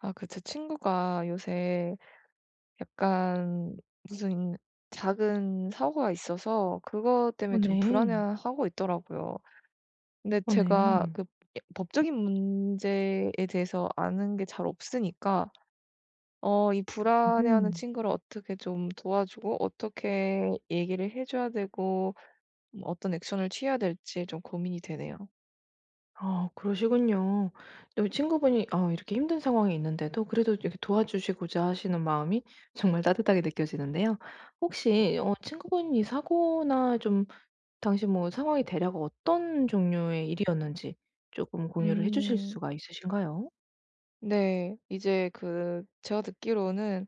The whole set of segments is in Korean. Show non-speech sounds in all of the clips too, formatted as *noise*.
아, 그 제 친구가 요새 약간 무슨 작은 사고가 있어서 그것 어, 때문에 좀 네. 불안해하고 있더라고요. 근데 어, 제가 네. 그, 예, 법적인 문제에 대해서 아는 게 잘 없으니까 이 불안해하는 음. 친구를 어떻게 좀 도와주고 어떻게 얘기를 해 줘야 되고 뭐 어떤 액션을 취해야 될지 좀 고민이 되네요. 아, 그러시군요. 또 친구분이 이렇게 힘든 상황에 있는데도 그래도 이렇게 도와주시고자 하시는 마음이 정말 따뜻하게 느껴지는데요. 혹시 친구분이 사고나 좀 당시 뭐 상황이 대략 어떤 종류의 일이었는지 조금 공유를 해 주실 음. 수가 있으신가요? 네. 이제 그 제가 듣기로는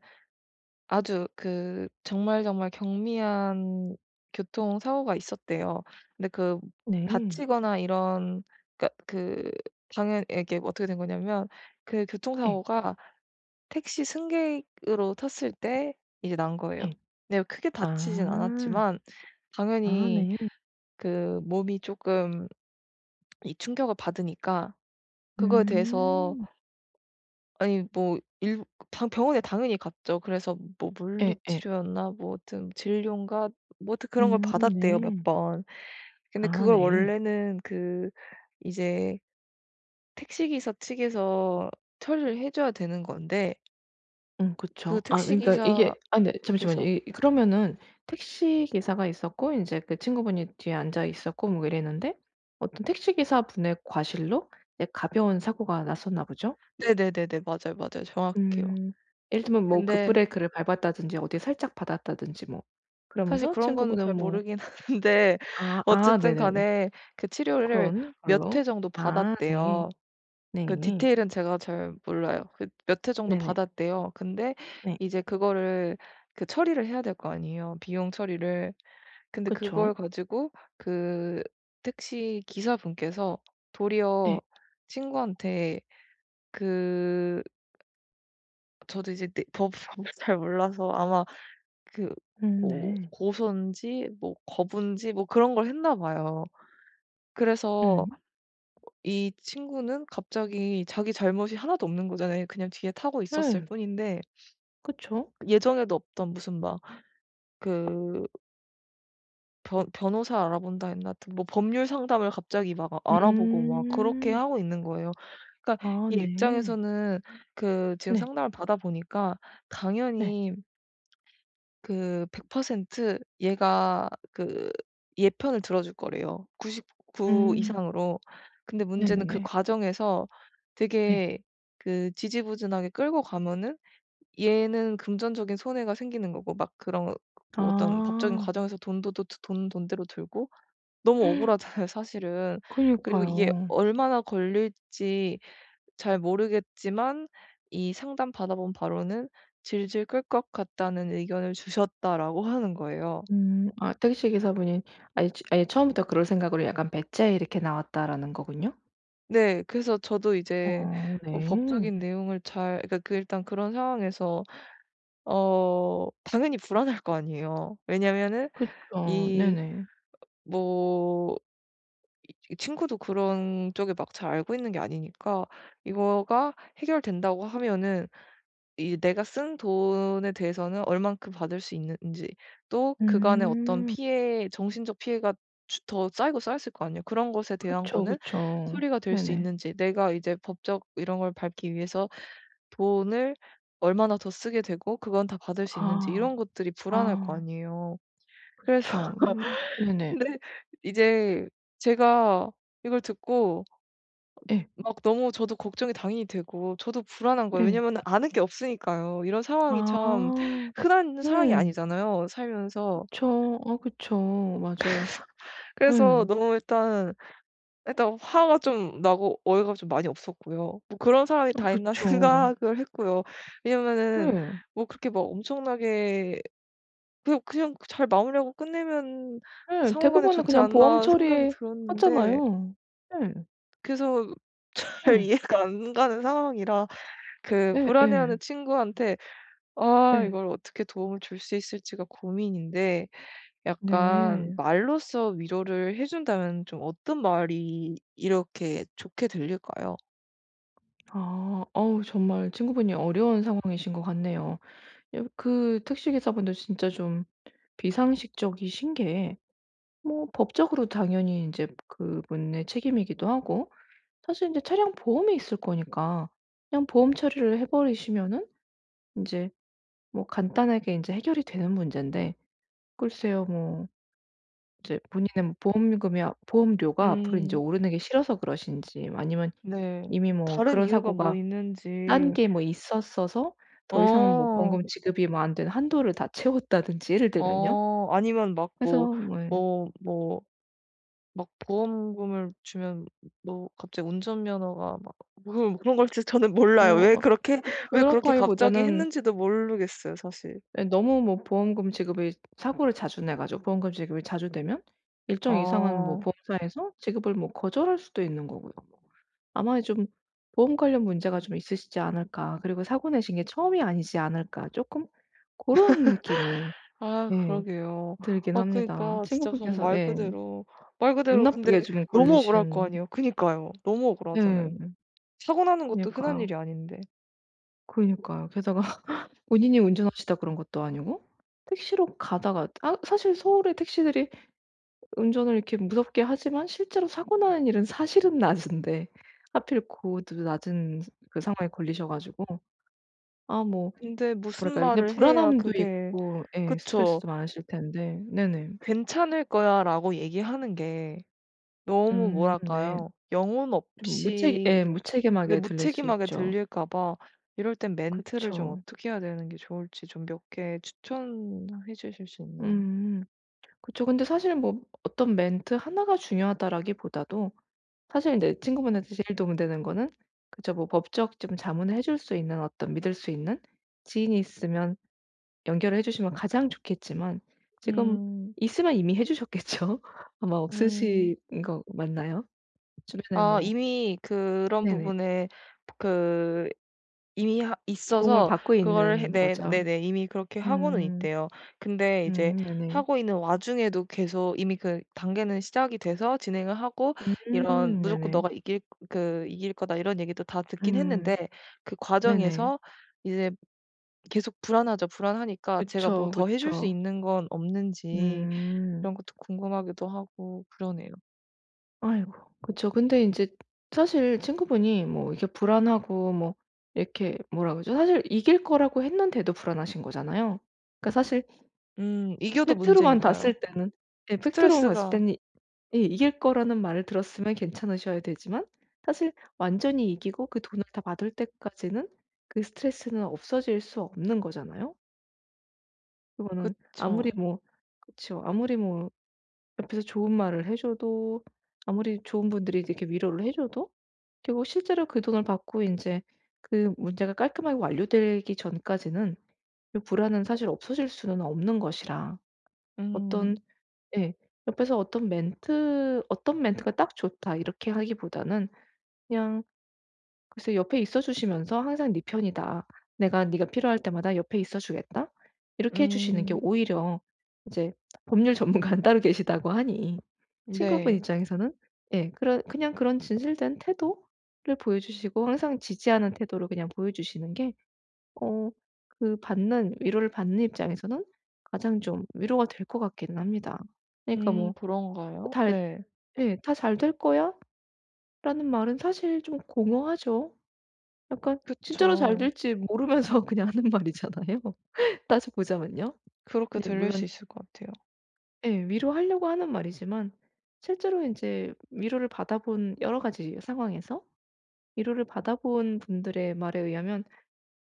아주 그 정말 정말 경미한 교통사고가 있었대요. 근데 그 네. 다치거나 이런, 그러니까 그 당연 이게 어떻게 된 거냐면 그 예. 교통사고가 택시 승객으로 탔을 때 이제 난 거예요. 예. 근데 크게 다치진 아. 않았지만 아, 당연히 네. 그 몸이 조금 이 충격을 받으니까 그거에 대해서 음. 아니 뭐 일 당 병원에 당연히 갔죠. 그래서 뭐 예예. 물리치료였나 뭐 하여튼 진료인가 뭐 하여튼 그런 걸 음, 받았대요, 네. 몇 번. 근데 아, 그걸 네. 원래는 그 이제 택시기사 측에서 처리를 해 줘야 되는 건데 음, 그쵸. 그 아, 그러니까 택시기사께서. 이게 아근 잠시만요. 이 그러면은 택시 기사가 있었고 인제 그 친구분이 뒤에 앉아 있었고 뭐 이랬는데 어떤 택시 기사분의 과실로 이제 가벼운 사고가 났었나 보죠? 네네네네, 맞아요, 맞아요. 정확해요. 음. 예를 들면 뭐 근데 급브레이크를 밟았다든지 어디 살짝 받았다든지 뭐 사실 그러면서 그런 거는 친구분은 잘 뭐. 모르긴 *laughs* 하는데 아, 아, 어쨌든 네네네. 간에 그 치료를 그런 몇 회 걸로. 정도 아, 네. 받았대요. 그 네. 디테일은 제가 잘 몰라요. 그 몇 회 정도 네네. 받았대요. 근데 네. 이제 그거를 그 처리를 해야 될 거 아니에요, 비용 처리를. 근데 그쵸. 그걸 가지고 그 택시 기사분께서 예. 도리어 친구한테 그 저도 이제 네, 법을 *laughs* 잘 몰라서 아마 그 음, 뭐 네. 고소인지 뭐 거부인지 뭐 그런 걸 했나 봐요. 그래서 음. 이 친구는 갑자기 자기 잘못이 하나도 없는 거잖아요. 그냥 뒤에 타고 있었을 예. 뿐인데 그쵸. 예정에도 없던 무슨 막 그 변 변호사 알아본다 했나, 하여튼 뭐 법률 상담을 갑자기 막 알아보고 막 그렇게 음. 하고 있는 거예요. 그러니까 아, 얘 네. 입장에서는 그 지금 네. 상담을 받아 보니까 네. 당연히 그 100% 얘가 그 얘 편을 들어줄 거래요, 99 음. 이상으로. 근데 문제는 그 네네네. 과정에서 네. 되게 그 지지부진하게 끌고 가면은 얘는 금전적인 손해가 생기는 거고 막 그런 어떤 법적인 아. 과정에서 돈도 또 돈 돈대로 들고 너무 *gasps* *laughs* 억울하잖아요, 사실은. 그리고 이게 그니까요. 얼마나 걸릴지 잘 모르겠지만 이 상담 받아본 바로는 "질질 끌 것 같다."는 의견을 주셨다라고 *laughs* 하는 거예요. 음. 아, 택시 기사분이 아예 처음부터 그럴 생각으로 약간 배째 이렇게 나왔다라는 거군요? 네. 그래서 저도 이제 어, 뭐 네. 법적인 내용을 잘, 그러니까 그 일단 그런 상황에서 당연히 불안할 거 아니에요. 왜냐면은 그쵸. 이 네네. 뭐 이 친구도 그런 쪽에 막 잘 알고 있는 게 아니니까 이거가 해결된다고 하면은 이 내가 쓴 돈에 대해서는 얼만큼 받을 수 있는지, 또 그간의 어떤 음. 피해 정신적 피해가 더 쌓이고 쌓였을 거 아니에요. 그런 것에 대한 그쵸, 거는 그쵸. 소리가 될 수 네네. 있는지, 내가 이제 법적 이런 걸 밟기 위해서 돈을 얼마나 더 쓰게 되고 그건 다 받을 수 있는지 아. 이런 것들이 불안할 거 아. 아니에요. 그래서 그쵸. 음. *laughs* 네네. 근데 이제 제가 이걸 듣고 예. 막 너무 저도 걱정이 당연히 되고 저도 불안한 거예요. 예. 왜냐면은 아는 게 없으니까요. 이런 상황이 참 아. 흔한 상황이 네, 아니잖아요, 살면서. 그쵸. 아, 그쵸. 맞아요. 그래서 네. 너무 일단 화가 좀 나고 어이가 좀 많이 없었고요. 뭐 '그런 사람이 어, 다 있나?' *laughs* 그쵸. 생각을 했고요. 왜냐면은 네. 뭐 그렇게 막 엄청나게 그냥 그냥 잘 마무리하고 끝내면 예. 상호 간에 대부분은 좋지 그냥 보험 않나 생각이 들었는데 처리하잖아요. 예. 그래서 *laughs* 잘 예. 이해가 안 가는 상황이라 그 예예. 불안해하는 친구한테 아 예. 이걸 어떻게 도움을 줄 수 있을지가 고민인데 약간 네. 말로써 위로를 해 준다면 좀 어떤 말이 이렇게 좋게 들릴까요? 아. 어우, 정말 친구분이 어려운 상황이신 것 같네요. 여 그 택시기사분들 진짜 좀 비상식적이신 게 뭐 법적으로 당연히 인제 그분의 책임이기도 하고, 사실 인제 차량 보험이 있을 거니까 그냥 보험 처리를 해 버리시면은 인제 뭐 간단하게 인제 해결이 되는 문제인데, 글쎄요. 뭐 이제 본인은 보험금이 아 보험료가 앞으로 인제 음. 오르는 게 싫어서 그러신지, 아니면 네. 이미 뭐 다른 그런 이유가 뭐 사고가 딴 있는지. 게 뭐 있었어서 더 이상은 뭐 어. 보험금 지급이 뭐 안 되는 한도를 다 채웠다든지, 예를 들면요. 아니면 막 뭐 그래서 뭐. 예. 뭐 뭐 막 보험금을 주면 뭐 갑자기 운전면허가 막 뭐 그런 걸지 저는 어 몰라요. 왜 어 그렇게 왜 그렇게 갑자기 그렇다기보다는, 했는지도 모르겠어요, 사실. 예, 너무 뭐 보험금 지급이 사고를 자주 내 가지고 보험금 지급이 자주 되면 일정 이상은 뭐 어. 보험사에서 지급을 뭐 거절할 수도 있는 거고요. 아마 좀 보험 관련 문제가 좀 있으시지 않을까. 그리고 사고 내신 게 처음이 아니지 않을까. 조금 그런 느낌이, 아, 예, 그러게요. 들긴 아 그니까 합니다. 러 진짜 정말 친구분께서, 말 예, 그대로 말 운 그대로 근데 나쁘게 좀 너무 억울할 거 걸리신. 아니에요. 그니까요. 너무 억울하잖아요. 예. 사고 나는 것도 흔한 그니까요. 일이 아닌데. 그니까요. 게다가 *laughs* 본인이 운전하시다 그런 것도 아니고, 택시로 가다가. 사실 서울의 택시들이 운전을 이렇게 무섭게 하지만 실제로 사고 나는 일은 사실은 낮은데, 하필 그 낮은 그 상황에 걸리셔 가지고. 아뭐, 근데 무슨 뭐랄까요. 그냥 말을 해야 불안함도 그게. 있고, 예, 그쵸. 스트레스도 많으실 텐데. 네네. "괜찮을 거야."라고 얘기하는 게 너무 음, 네. 뭐랄까요? 영혼 좀 무책 없이 예, 근데 무책임하게 들릴 수 무책임하게 있죠. 들릴까 봐 이럴 땐 멘트를 좀 그쵸. 어떻게 해야 되는 게 좋을지 좀 몇 개 추천해 주실 수 있나요? 음. 그쵸. 근데 사실 뭐 어떤 멘트 하나가 중요하다라기보다도, 사실 인제 친구분한테 제일 도움 되는 거는, 그쵸, 뭐 법적 좀 자문을 해줄 수 있는 어떤 믿을 수 있는 지인이 있으면 연결을 해 주시면 가장 좋겠지만, 지금 음. 있으면 이미 해 주셨겠죠? *laughs* 아마 음. 없으신 거 맞나요? 주변에 아 뭐. 이미 그런 네네. 부분에 그 이미 하 도움을 있어서 받고 그거를 해. 있는 네, 거죠. 네네. 이미 그렇게 하고는 음. 있대요. 근데 이제 음, 네네. 하고 있는 와중에도 계속 이미 그 단계는 시작이 돼서 진행을 하고 이런 음, "무조건 네네. 너가 이길 거다." 이런 얘기도 다 듣긴 음, 했는데 그 네네. 과정에서 이제 계속 불안하죠. 불안하니까 제가 뭐 그쵸, 더 해줄 수 그쵸. 있는 건 없는지 음. 이런 것도 궁금하기도 하고 그러네요. 아이고. 그쵸. 근데 인제 사실 친구분이 뭐 이게 불안하고 뭐 이렇게, 뭐라 그러죠? 사실 이길 거라고 했는데도 불안하신 거잖아요. 그러니까 사실 이겨도 팩트로만 문제니까요. 봤을 때는, 예, 팩트로만 봤을 스트레스가. 때는. 예. 이길 거라는 말을 들었으면 괜찮으셔야 되지만, 사실 완전히 이기고 그 돈을 다 받을 때까지는 그 스트레스는 없어질 수 없는 거잖아요. 그거는 그쵸. 아무리 뭐그죠 아무리 뭐 옆에서 좋은 말을 해 줘도, 아무리 좋은 분들이 이렇게 위로를 해 줘도, 결국 실제로 그 돈을 받고 이제 그 문제가 깔끔하게 완료되기 전까지는 이 불안은 사실 없어질 수는 없는 것이라, 어떤. 음. 예. 옆에서 어떤 멘트, '어떤 멘트가 딱 좋다.' 이렇게 하기보다는, 그냥, 글쎄, 옆에 있어 주시면서 "항상 네 편이다. 내가 네가 필요할 때마다 옆에 있어 주겠다." 이렇게 해 주시는 게 음. 오히려 이제 법률 전문가는 따로 계시다고 하니 친구분 네. 입장에서는, 예, 그런 그냥 그런 진실된 태도를 보여 주시고 항상 지지하는 태도를 그냥 보여 주시는 게, 어 그 받는, 위로를 받는 입장에서는 가장 좀 위로가 될 것 같기는 합니다. 그러니까 뭐 그런가요? 달 네. 예. "다 잘 될 거야?"라는 말은 사실 좀 공허하죠. 약간 진짜로 잘 그쵸. 될지 모르면서 *laughs* 그냥 하는 말이잖아요. *laughs* 따져 보자면요. 그렇게 네, 들릴 수 물론, 있을 것 같아요. 예, 위로하려고 하는 말이지만 실제로 이제 위로를 받아본 여러 가지 상황에서 위로를 받아본 분들의 말에 의하면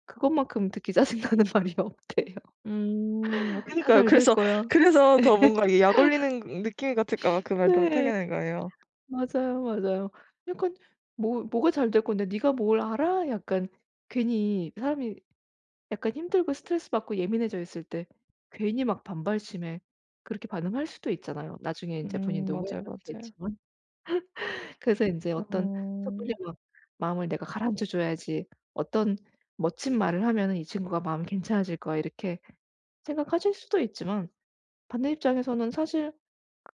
그것만큼 듣기 짜증나는 *laughs* 말이 없대요. 음. 아, "다 그니까요. 잘 될 그래서 거야." 그래서 더 뭔가 이게 약 올리는 그 느낌이 같을까 봐 그 말도 못 네. 하겠는 거예요. 맞아요, 맞아요. 약간 "뭐가 잘 될 건데 네가 뭘 알아?" 약간 괜히 사람이 약간 힘들고 스트레스받고 예민해져 있을 때 괜히 막 반발심에 그렇게 반응할 수도 있잖아요. 나중에 인제 음. 본인도 후회를 맞아요, 맞아요. 하시겠지만. *laughs* 그래서 인제 어떤, 섣불리 어. 막 마음을 내가 가라앉혀 줘야지 어떤 멋진 말을 하면은 '이 친구가 마음이 괜찮아질 거야.' 이렇게 생각하실 수도 있지만, 반대 입장에서는 사실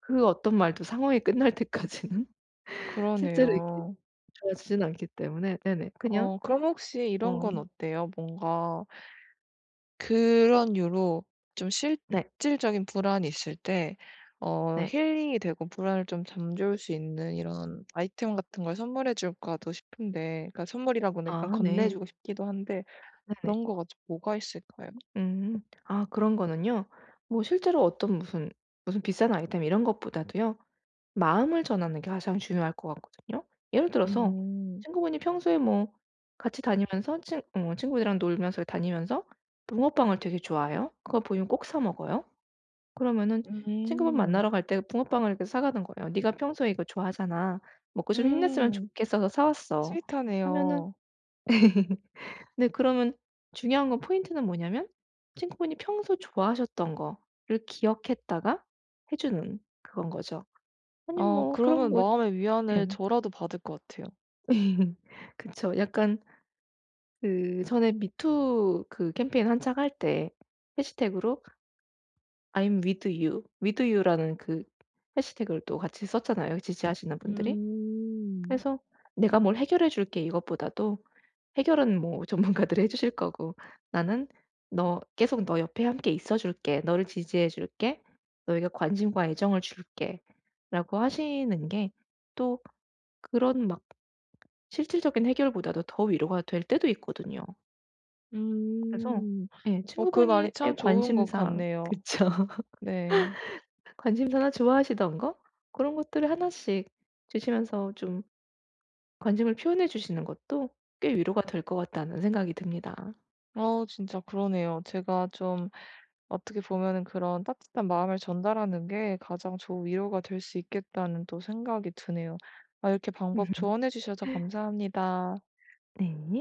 그 어떤 말도 상황이 끝날 때까지는 *laughs* 실제로 이렇게 그러네요. 좋아지진 않기 때문에. 네네. 그냥. 그럼 혹시 이런 어, 건 어때요? 뭔가 그런 이유로 좀 네. 실질적인 불안이 있을 때 네. 힐링이 되고 불안을 좀 잠재울 수 있는 이런 아이템 같은 걸 선물해 줄까도 싶은데 그러니까 선물이라고는 약간 아, 건네 네. 주고 싶기도 한데 네네. 그런 거가 좀 뭐가 있을까요? 음. 아, 그런 거는요, 뭐 실제로 어떤 무슨 비싼 아이템 이런 것보다도요, 마음을 전하는 게 가장 중요할 것 같거든요. 예를 들어서 음. 친구분이 평소에 뭐 같이 다니면서 친 어 친구들이랑 놀면서 다니면서 붕어빵을 되게 좋아해요. 그거 보이면 꼭 사 먹어요. 그러면은 친구분 음. 만나러 갈 때 붕어빵을 이렇게 사 가는 거예요. "네가 평소에 이거 좋아하잖아. 먹고 좀 힘냈으면 음. 좋겠어서 사 왔어." 하면은, 스윗하네요. 네, 그러면, 중요한 건, 포인트는 뭐냐면 친구분이 평소 좋아하셨던 거를 기억했다가 해 주는, 그건 거죠. 아니 뭐 그럼 그러면 뭐. 마음의 위안을 네. 저라도 받을 것 같아요. *laughs* 그쵸. 약간 그 전에 미투 그 캠페인 한창 할 때 해시태그로 "I'm with you, with you라는 그 해시태그를 또 같이 썼잖아요, 지지하시는 분들이. 음. 그래서 "내가 뭘 해결해 줄게" 이것보다도, 해결은 뭐 *laughs* 전문가들이 해 주실 거고, "나는 너 계속 너 옆에 함께 있어 줄게. 너를 지지해 줄게. 너에게 관심과 애정을 줄게."라고 하시는 게 또 그런 막 실질적인 해결보다도 더 위로가 될 때도 있거든요. 그래서, 음. 예, 그 말이 친구분의 참 좋은 것 관심사. 같네요. 그쵸. *laughs* 네. 관심사나 좋아하시던 거, 그런 것들을 하나씩 주시면서 좀 관심을 표현해 주시는 것도 꽤 위로가 될 것 같다는 생각이 듭니다. 진짜 그러네요. 제가 좀 어떻게 보면은 그런 따뜻한 마음을 전달하는 게 가장 좋은 위로가 될 수 있겠다는 또 생각이 드네요. 아, 이렇게 방법 조언해 주셔서 *laughs* 감사합니다. 네.